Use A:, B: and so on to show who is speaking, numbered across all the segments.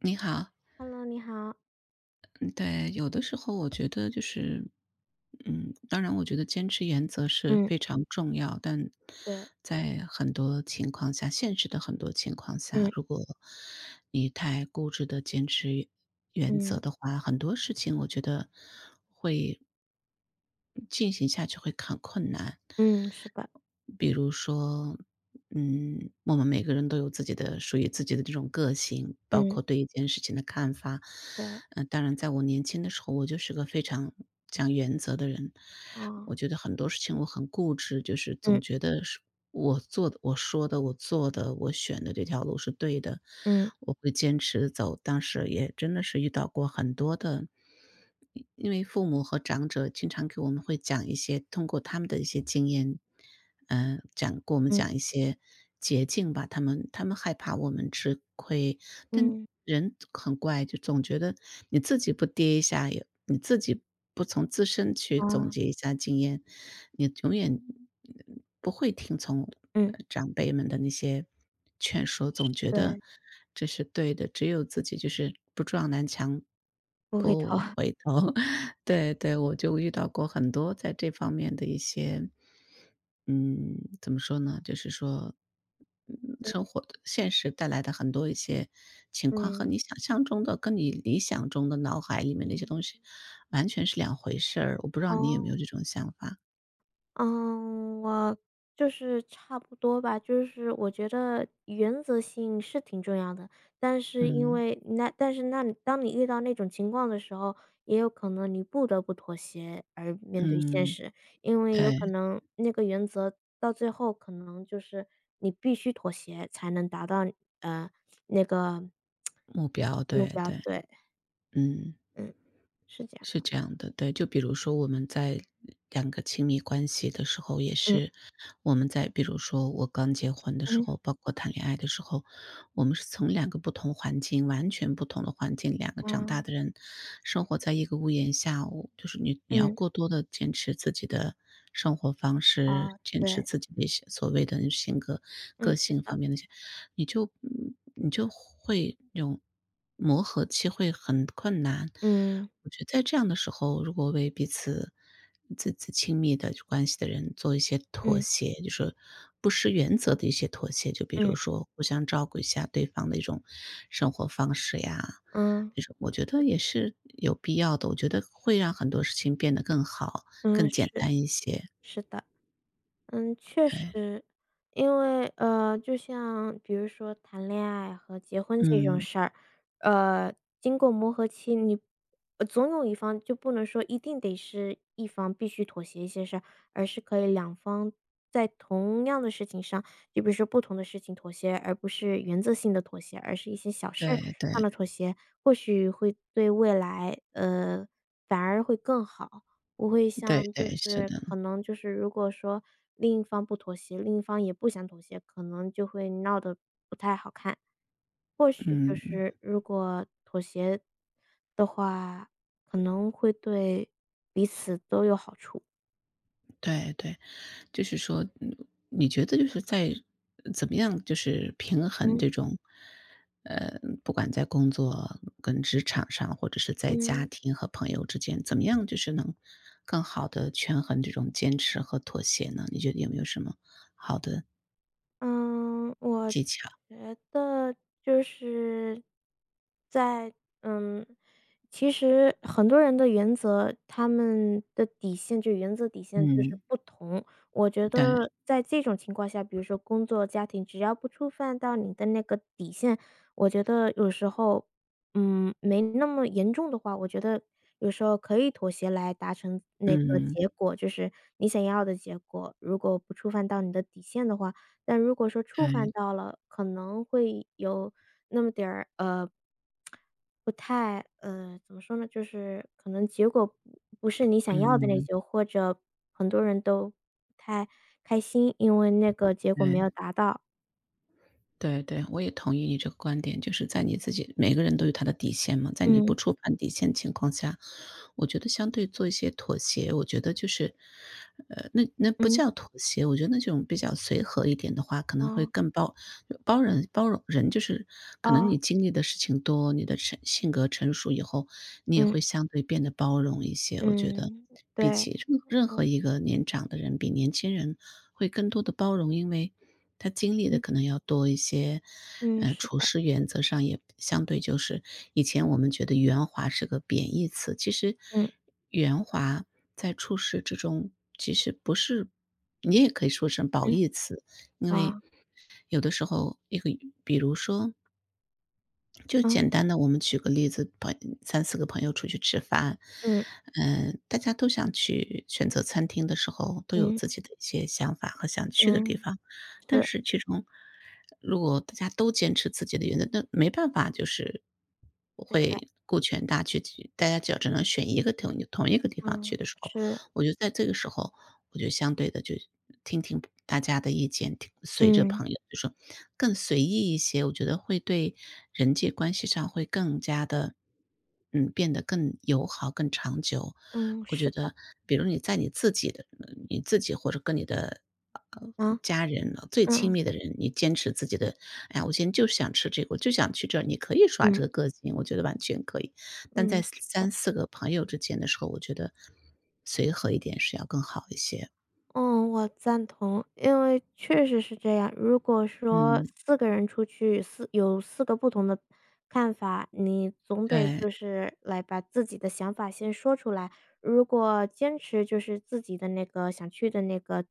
A: 你好。
B: Hello，你好。
A: 嗯对，有的时候我觉得就是，当然，我觉得坚持原则是
B: 嗯，
A: 非常重要，但
B: 对，
A: 在很多情况下，现实的很多情况下，
B: 嗯
A: 如果你太固执的坚持原则
B: 嗯
A: 的话，很多事情我觉得会。进行下去会很困难。
B: 嗯，是的，
A: 比如说，我们每个人都有自己的属于自己的这种个性，包
B: 嗯
A: 括对一件事情的看法。
B: 对，
A: 当然在我年轻的时候，我就是个非常讲原则的人，我
B: 哦。
A: 觉得很多事情我很固执，就是总
B: 嗯
A: 觉得是我做的、我说的、我做的、我选的这条路是对的，
B: 嗯
A: 我会坚持走。当时也真的是遇到过很多的。因为父母和长者经常给我们会讲一些通过他们的一些经验，讲给我们
B: 嗯
A: 讲一些捷径吧。他们害怕我们吃亏，但
B: 嗯
A: 人很怪，就总觉得你自己不跌一下，也你自己不从自身去总
B: 哦，
A: 结一下经验，你永远不会听从
B: 嗯，
A: 长辈们的那些劝说，总觉得
B: 对。
A: 这是对的，只有自己就是不撞南墙
B: 不回头，
A: 里 头。对对，我就遇到过很多在这方面的一些，嗯，怎么说呢？就是说，嗯，
B: 嗯
A: 生活的现实带来的很多一些情况和
B: 嗯
A: 你想象中的，跟你理想中的脑海里面的一些
B: 嗯。
A: 东西，完全是两回事儿。我不知道你有没有
B: 哦。
A: 这种想法？
B: 嗯，我就是差不多吧，就是我觉得原则性是挺重要的，但是因
A: 嗯
B: 为那但是那你当你遇到那种情况的时候，也有可能你不得不妥协而面对现
A: 嗯，
B: 实，因为有
A: 对，
B: 可能那个原则到最后可能就是你必须妥协才能达到呃那个
A: 目标，
B: 目
A: 对
B: 标，
A: 对，
B: 对，
A: 嗯。
B: 嗯，是这样
A: 是
B: 的，
A: 这样的，对，就比如说我们在两个亲密关系的时候，也
B: 嗯
A: 是我们在比如说我刚结婚的时候，
B: 嗯
A: 包括谈恋爱的时候，我们是从两个不同环境，完全不同的环境，两个长大
B: 啊
A: 的人生活在一个屋檐下，我就是你要
B: 嗯
A: 过多的坚持自己的生活方式，
B: 啊，
A: 坚持
B: 对，
A: 自己的一些所谓的性格、个
B: 嗯，是
A: 性
B: 的，
A: 方面的一些，你就你就会有磨合期会很困难。
B: 嗯
A: 我觉得在这样的时候，如果为彼此自己亲密的关系的人做一些妥
B: 嗯
A: 协，就是不失原则的一些妥协，就比如
B: 嗯。
A: 说互相照顾一下对方的一种生活方式呀，
B: 嗯，
A: 那种我觉得也是有必要的。我觉得会让很多事情变得更好、更
B: 嗯，
A: 简
B: 是，
A: 单一些。
B: 是的。嗯，确
A: 对，
B: 实，因为，就像比如说谈恋爱和结婚这种
A: 嗯，
B: 事儿，呃，经过磨合期，你总有一方就不能说一定得是一方必须妥协一些事儿，而是可以两方在同样的事情上，就比如说不同的事情妥协，而不是原则性的妥协，而是一些小事儿
A: 对对
B: 上的妥协，或许会对未来，反而会更好。不会
A: 对
B: 像就
A: 对，是
B: 是
A: 的，
B: 可能就是如果说另一方不妥协，另一方也不想妥协，可能就会闹得不太好看。或许就
A: 嗯，
B: 是如果妥协的话，可能会对彼此都有好处。
A: 对对。就是说，你觉得就是在怎么样就是平衡
B: 嗯
A: 这种，不管在工作跟职场上，或者是在家
B: 嗯。
A: 庭和朋友之间，怎么样就是能更好的权衡这种坚持和妥协呢？你觉得有没有什么好的
B: 嗯，我
A: 技巧？
B: 觉得就是在嗯，其实很多人的原则，他们的底线就原则底线就是
A: 嗯，
B: 不同。我觉
A: 对，
B: 得在这种情况下，比如说工作、家庭，只要不触犯到你的那个底线，我觉得有时候，没那么严重的话，我觉得有时候可以妥协来达成那个
A: 嗯，
B: 结果，就是你想要的结果。如果不触犯到你的底线的话，但如果说触
A: 对，
B: 犯到了，可能会有那么点儿，不太，怎么说呢，就是可能结果不是你想要的那
A: 嗯，
B: 种，或者很多人都不太开心，因为那个结果没有
A: 对。
B: 达到。
A: 对对，我也同意你这个观点，就是在你自己每个人都有他的底线嘛，在你不
B: 嗯，
A: 触犯底线情况下，我觉得相对做一些妥协，我觉得就是，那不
B: 嗯，
A: 叫妥协，我觉得那种比较随和一点的话，可能会
B: 哦，
A: 更包容人，就是可能你
B: 哦，
A: 经历的事情多，你的性格成熟以后，你也
B: 嗯，
A: 会相对变得包容一些，我觉得。
B: 嗯，
A: 比
B: 对，
A: 起任任
B: 嗯，
A: 何一个年长的人，比年轻人会更多的包容，因为他经历的
B: 嗯，
A: 可能要多一些。
B: 嗯，是
A: 处
B: 的，
A: 事原则上也相对就是以前我们觉得圆滑是个贬义词，其实
B: 嗯，
A: 圆滑在处事之中，其实不是你也可以说成褒
B: 嗯，
A: 义词。因为
B: 啊，
A: 有的时候一个比如说就
B: 啊，
A: 简单的，我们举个例子，三四个朋友出去吃饭，
B: 嗯，
A: 大家都想去选择餐厅的时候，都有
B: 嗯，
A: 自己的一些想法和想去的地
B: 嗯，
A: 方。但
B: 是，
A: 是其中，如果大家都坚持自己的原则，那没办法，就是
B: 对的，
A: 会顾全大局，大家只要只能选一个同一个地方
B: 嗯，
A: 去的时候，
B: 是，
A: 我觉得在这个时候，我就相对的就听听大家的意见，听随着
B: 嗯，
A: 朋友就说更随意一些，我觉得会对人际关系上会更加的，变得更友好、更长久。
B: 嗯，
A: 我觉
B: 是的，
A: 得比如你在你自己的你自己或者跟你的，呃，
B: 啊。
A: 家人最亲
B: 嗯
A: 密的人，你坚持自己的，哎呀，我今天就想吃这个，我就想去这儿，你可以耍
B: 嗯
A: 这个个性，我觉得完全可以。但在
B: 嗯，是的，
A: 三四个朋友之间的时候，我觉得随和一点是要更好一些。
B: 嗯，我赞同，因为确实是这样。如果说
A: 嗯，
B: 四个人出去四有四个不同的看法，你总得
A: 对，
B: 就是来把自己的想法先说出来，如果坚持就是自己的那个想去的那个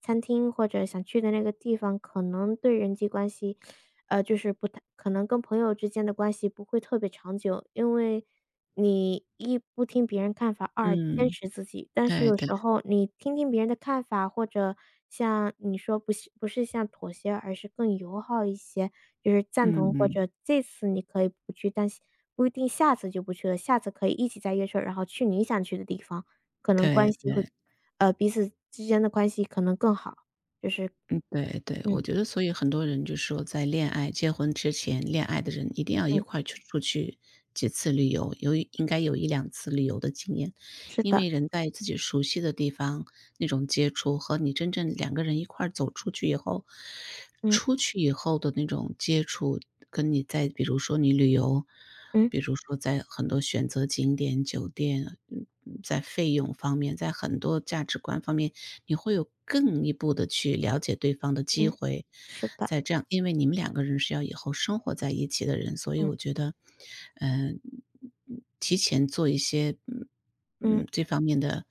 B: 餐厅或者想去的那个地方，可能对人际关系，就是不太可能跟朋友之间的关系不会特别长久，因为你一不听别人看法，二坚
A: 嗯，
B: 持自己。但是
A: 对
B: 有
A: 对，
B: 时候你听听别人的看法，或者像你说不是像妥协，而是更友好一些，就是赞同或
A: 嗯，
B: 者这次你可以不去，但不一定下次就不去了，下次可以一起再约出来，然后去你想去的地方，可能关
A: 对
B: 系会
A: 对
B: 彼此之间的关系可能更好。就是
A: 对对，我
B: 嗯，
A: 觉得所以很多人就说在恋爱结婚之前，恋爱的人一定要一
B: 嗯，
A: 块儿去出去几次旅游，应该有一两次旅游的经验。
B: 是
A: 因
B: 的，
A: 为人在自己熟悉的地方，那种接触和你真正两个人一块儿走出去以后，
B: 嗯，
A: 出去以后的那种接触，跟你在比如说你旅游，
B: 嗯，
A: 比如说在很多选择景点、酒店，在费用方面，在很多价值观方面，你会有更一步的去了解对方的机
B: 嗯，
A: 会。
B: 是的，
A: 在这样因为你们两个人是要以后生活在一起的人，所以
B: 嗯，
A: 我觉得，嗯提前做一些
B: 嗯，
A: 这方面的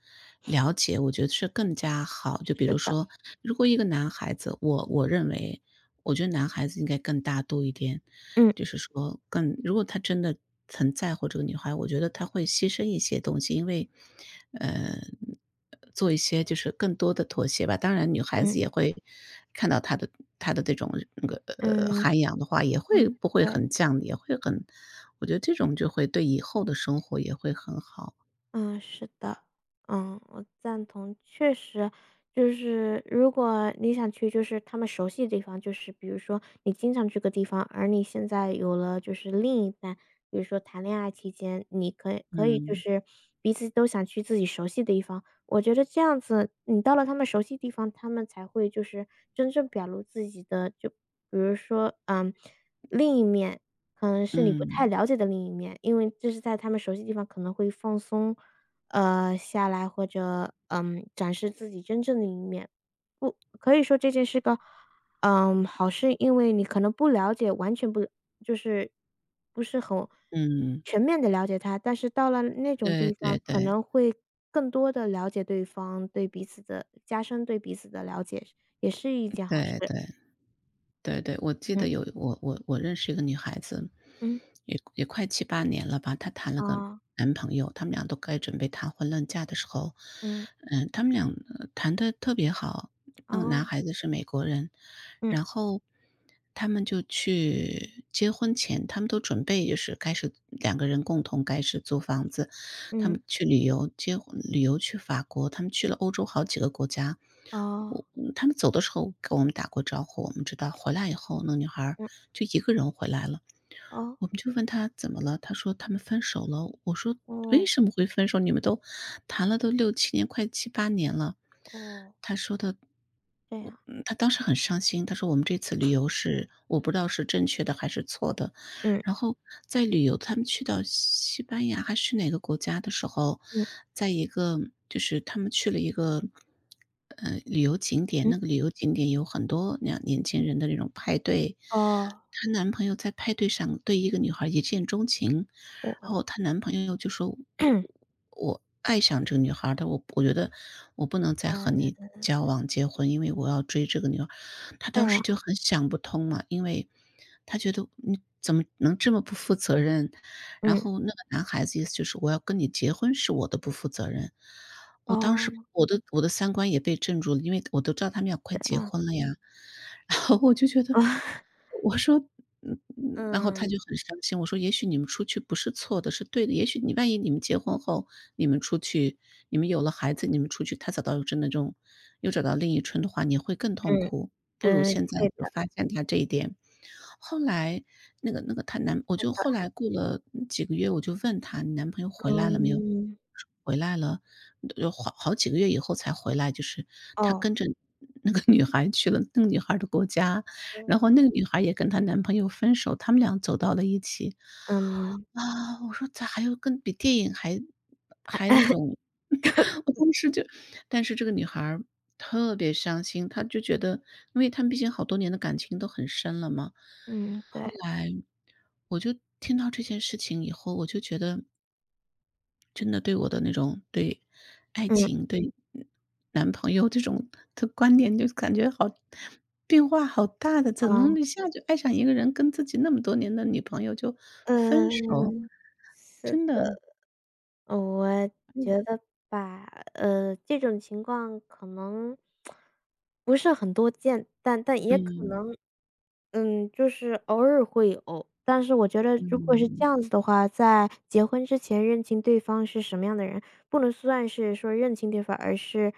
A: 了解，我觉得是更加好。就比
B: 是
A: 如
B: 的，
A: 说，如果一个男孩子，我认为我觉得男孩子应该更大度一点，
B: 嗯，
A: 就是说更如果他真的很在乎这个女孩，我觉得他会牺牲一些东西，因为，呃，做一些就是更多的妥协吧。当然，女孩
B: 嗯，
A: 子也会看到他的这种那个
B: 嗯，
A: 涵养的话，也会
B: 嗯，
A: 不会
B: 对。
A: 很犟，也会很，我觉得这种就会对以后的生活也会很好。
B: 嗯，是的，嗯，我赞同。确实，就是如果你想去就是他们熟悉的地方，就是比如说你经常去个地方，而你现在有了就是另一半，比如说谈恋爱期间，你可以就
A: 嗯
B: 是彼此都想去自己熟悉的地方。我觉得这样子，你到了他们熟悉地方，他们才会就是真正表露自己的，就比如说，另一面，可能是你不太
A: 嗯
B: 了解的另一面，因为这是在他们熟悉的地方可能会放松，下来或者，展示自己真正的一面。不可以说这件是个，好事，因为你可能不了解，完全不就是不是很
A: 嗯，
B: 全面的了解他，但是到了那种
A: 对
B: 地方，
A: 对
B: 可
A: 对
B: 能会更多的了解对方，对彼此的加深对彼此的了解，也是一件好事。
A: 对对。对对，我记
B: 嗯，
A: 得有我认识一个女孩子，
B: 嗯，
A: 也快七八年了吧，她谈了个
B: 啊
A: 男朋友，他们俩都该准备谈婚论嫁的时候，
B: 嗯，
A: 嗯，他们俩谈的特别好。那个男
B: 哦。
A: 孩子是美国人，
B: 嗯
A: 然后他们就去结婚前，他们都准备就是开始两个人共同开始租房子，他
B: 嗯，
A: 们去旅游，结婚旅游去法国，他们去了欧洲好几个国家，
B: 哦，
A: 他们走的时候跟我们打过招呼，我们知道回来以后，那女孩儿
B: 嗯，
A: 就一个人回来了。
B: 哦，
A: 我们就问他怎么了，他说他们分手了。我说为
B: 哦，
A: 什么会分手？你们都谈了都六七年，快七八年了。
B: 哦，
A: 他说的，
B: 这样，
A: 他当时很伤心，他说我们这次旅游是我不知道是正确的还是错的。
B: 嗯
A: 然后在旅游，他们去到西班牙还是哪个国家的时候，
B: 嗯
A: 在一个就是他们去了一个旅游景点，
B: 嗯，
A: 那个旅游景点有很多年轻人的那种派对，
B: 哦，
A: 她男朋友在派对上对一个女孩一见钟情，然
B: 我，
A: 后她男朋友就说：“我爱上这个女孩儿，但我觉得我不能再和
B: 嗯，
A: 你交往结婚，因为我要追这个女孩儿。"她
B: 对
A: 当
B: 呀，
A: 时就很想不通嘛，因为她觉得你怎么能这么不负责任？然
B: 嗯，
A: 后那个男孩子意思就是我要跟你结婚是我的不负责任。我当时
B: 哦，
A: 我的我的三观也被震住了，因为我都知道他们要快
B: 这
A: 结
B: 样，
A: 婚了呀，然后我就觉得 我说嗯嗯，然后他就
B: 嗯
A: 很伤心，我说：“也许你们出去不是错的，是对的，也许你万一你们结婚后，你们出去，你们有了孩子，你们出去，他找到真的这种又找到另一春的话，你会更痛
B: 嗯
A: 苦，不如
B: 嗯，
A: 现在
B: 对
A: 就
B: 的，
A: 发现他这一点。”后来我
B: 对
A: 就
B: 的，
A: 后来过了几个月，我就问她：“你男朋友回来了没有？”
B: 嗯，
A: 说回来了。”有好几个月以后才回来，就是他
B: 哦，
A: 跟着那个女孩去了那个女孩的国家，然后
B: 嗯
A: 那个女孩也跟她男朋友分手，他们俩走到了一起。
B: 嗯
A: 啊，我说咋还有跟比电影还还那种。 我当时就但是这个女孩儿特别伤心，她就觉得因为他们毕竟好多年的感情都很深了嘛。
B: 嗯，
A: 后
B: 对，
A: 来我就听到这件事情以后，我就觉得真的对我的那种对爱
B: 嗯，
A: 情、对男朋友这种的观点，就感觉好变化好大的，怎么
B: 哦，
A: 能一下就爱上一个人，跟自己那么多年的女朋友就分手，
B: 嗯，是，
A: 真的，
B: 我觉得吧，这种情况可能不是很多见，但也可
A: 嗯，
B: 能，嗯，就是偶尔会有。但是我觉得，如果是这
A: 嗯，
B: 样子的话，在结婚之前认清对方是什么样的人，不能算是说认清对方，而是，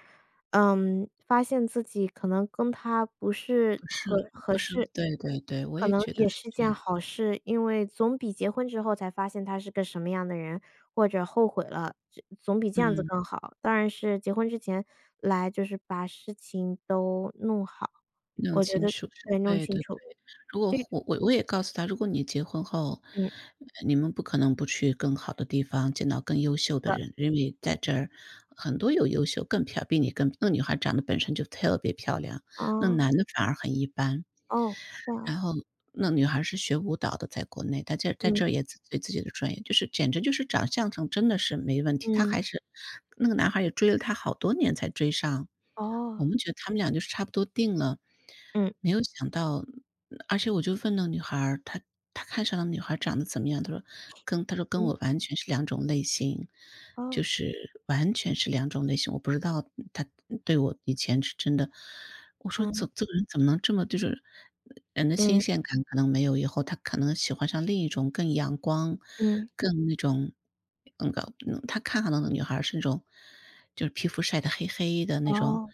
B: 发现自己可能跟他不
A: 不
B: 是
A: 适
B: 很
A: 合不
B: 合
A: 适合，
B: 适，
A: 对对对，我
B: 可
A: 也
B: 能
A: 觉得
B: 也
A: 是
B: 是
A: 这样，
B: 件好事，因为总比结婚之后才发现他是个什么样的人或者后悔了，这总比这样子
A: 嗯，
B: 更好。当然是结婚之前来就是把事情都弄好，
A: 那种
B: 我觉
A: 情
B: 得
A: 愫是
B: 对，弄
A: 对
B: 清
A: 的。
B: 楚，
A: 如果
B: 这种
A: 我也告诉他，如果你结婚后，
B: 嗯，
A: 你们不可能不去更好的地方，见到更优秀的
B: 的
A: 人，因为在这儿很多有优秀、更漂比你更那女孩长得本身就特别漂亮，
B: 啊
A: 那男的反而很一般。
B: 哦，这样，
A: 然后那女孩是学舞蹈的，在国内，在这
B: 嗯，
A: 儿对自己的专业就是简直就是长相上真的是没问题，她
B: 嗯，
A: 还是那个男孩也追了她好多年才追上，我
B: 哦，
A: 们觉得他们俩就是差不多定了，
B: 嗯，
A: 没有想到。而且我就问那个女孩儿她看上的女孩长得怎么样？她说跟
B: 嗯，
A: 我完全是两种类型，就
B: 哦，
A: 是完全是两种类型，我不知道她对我以前是真的，我说
B: 嗯，
A: 这个人怎么能这么就是人的新
B: 嗯，
A: 鲜感可能没有，以后他可能喜欢上另一种更阳光、
B: 嗯，
A: 更那种那个嗯，他看上的那女孩儿是那种就是皮肤晒得黑黑的那种，
B: 哦，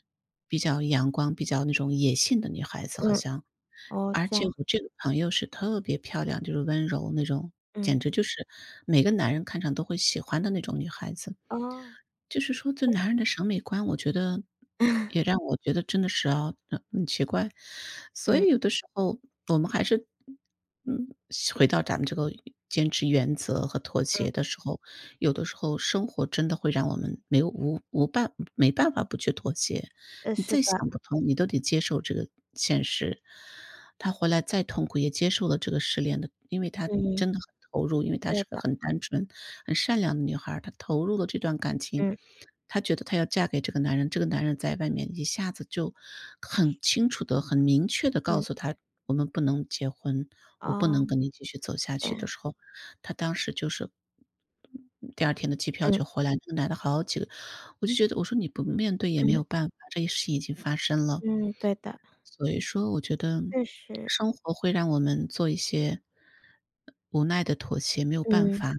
A: 比较阳光、比较那种野性的女孩子好
B: 嗯，
A: 像。
B: 哦，
A: 而
B: 这
A: 且
B: 样，
A: 我这个朋友是特别漂亮，就是温柔那种，简
B: 嗯，
A: 直就是每个男人看上都会喜欢的那种女孩子。
B: 哦，
A: 就是说这男人的审美观，我觉得也让 我觉得真的是啊，很奇怪。所
B: 嗯，
A: 以有的时候我们还是，嗯，回到咱们这个坚持原则和妥
B: 嗯，
A: 协的时候，有的时候生活真的会让我们没有无无办没办法不去妥协。你
B: 是
A: 再
B: 的，
A: 想不通，你都得接受这个现实。她回来再痛苦也接受了这个失恋的因为她
B: 嗯，
A: 真的很投入，因为她是
B: 对
A: 个
B: 的，
A: 很单纯、很善良的女孩儿她投入了这段感情。
B: 嗯，
A: 她觉得她要嫁给这个男人，这个男人在外面一下子就很清楚的、很明确的告
B: 嗯，
A: 诉她：“我们不能结婚，我不
B: 哦，
A: 能跟你继续走下
B: 这
A: 去”的
B: 样，
A: 时候，她当时就是第二天的机票
B: 嗯，
A: 就回来，那个男的好几个我就觉得我说：“你不面对也没
B: 嗯，
A: 有办法，这一事情已经发生了。”
B: 嗯，对的，
A: 所以说我觉得
B: 确实，
A: 生活会让我们做一些无奈的妥协，没有办
B: 嗯。
A: 法。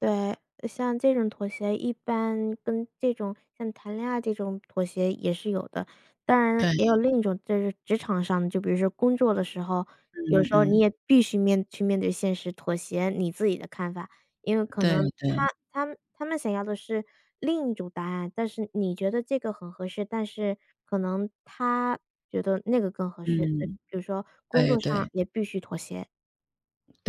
B: 对，像这种妥协一般跟这种像谈恋爱这种妥协也是有的，当然
A: 对，
B: 也有另一种就是职场上的就比如说工作的时候，有
A: 嗯
B: 时候你
A: 嗯，
B: 也必须去面对现实，妥协你自己的看法，因为可
A: 对
B: 能他
A: 对，
B: 他们想要的是另一种答案，但是你觉得这个很合适，但是可能他觉得那个更合适，所以
A: 嗯，
B: 比如说工
A: 对
B: 作上
A: 对。
B: 也必须妥协。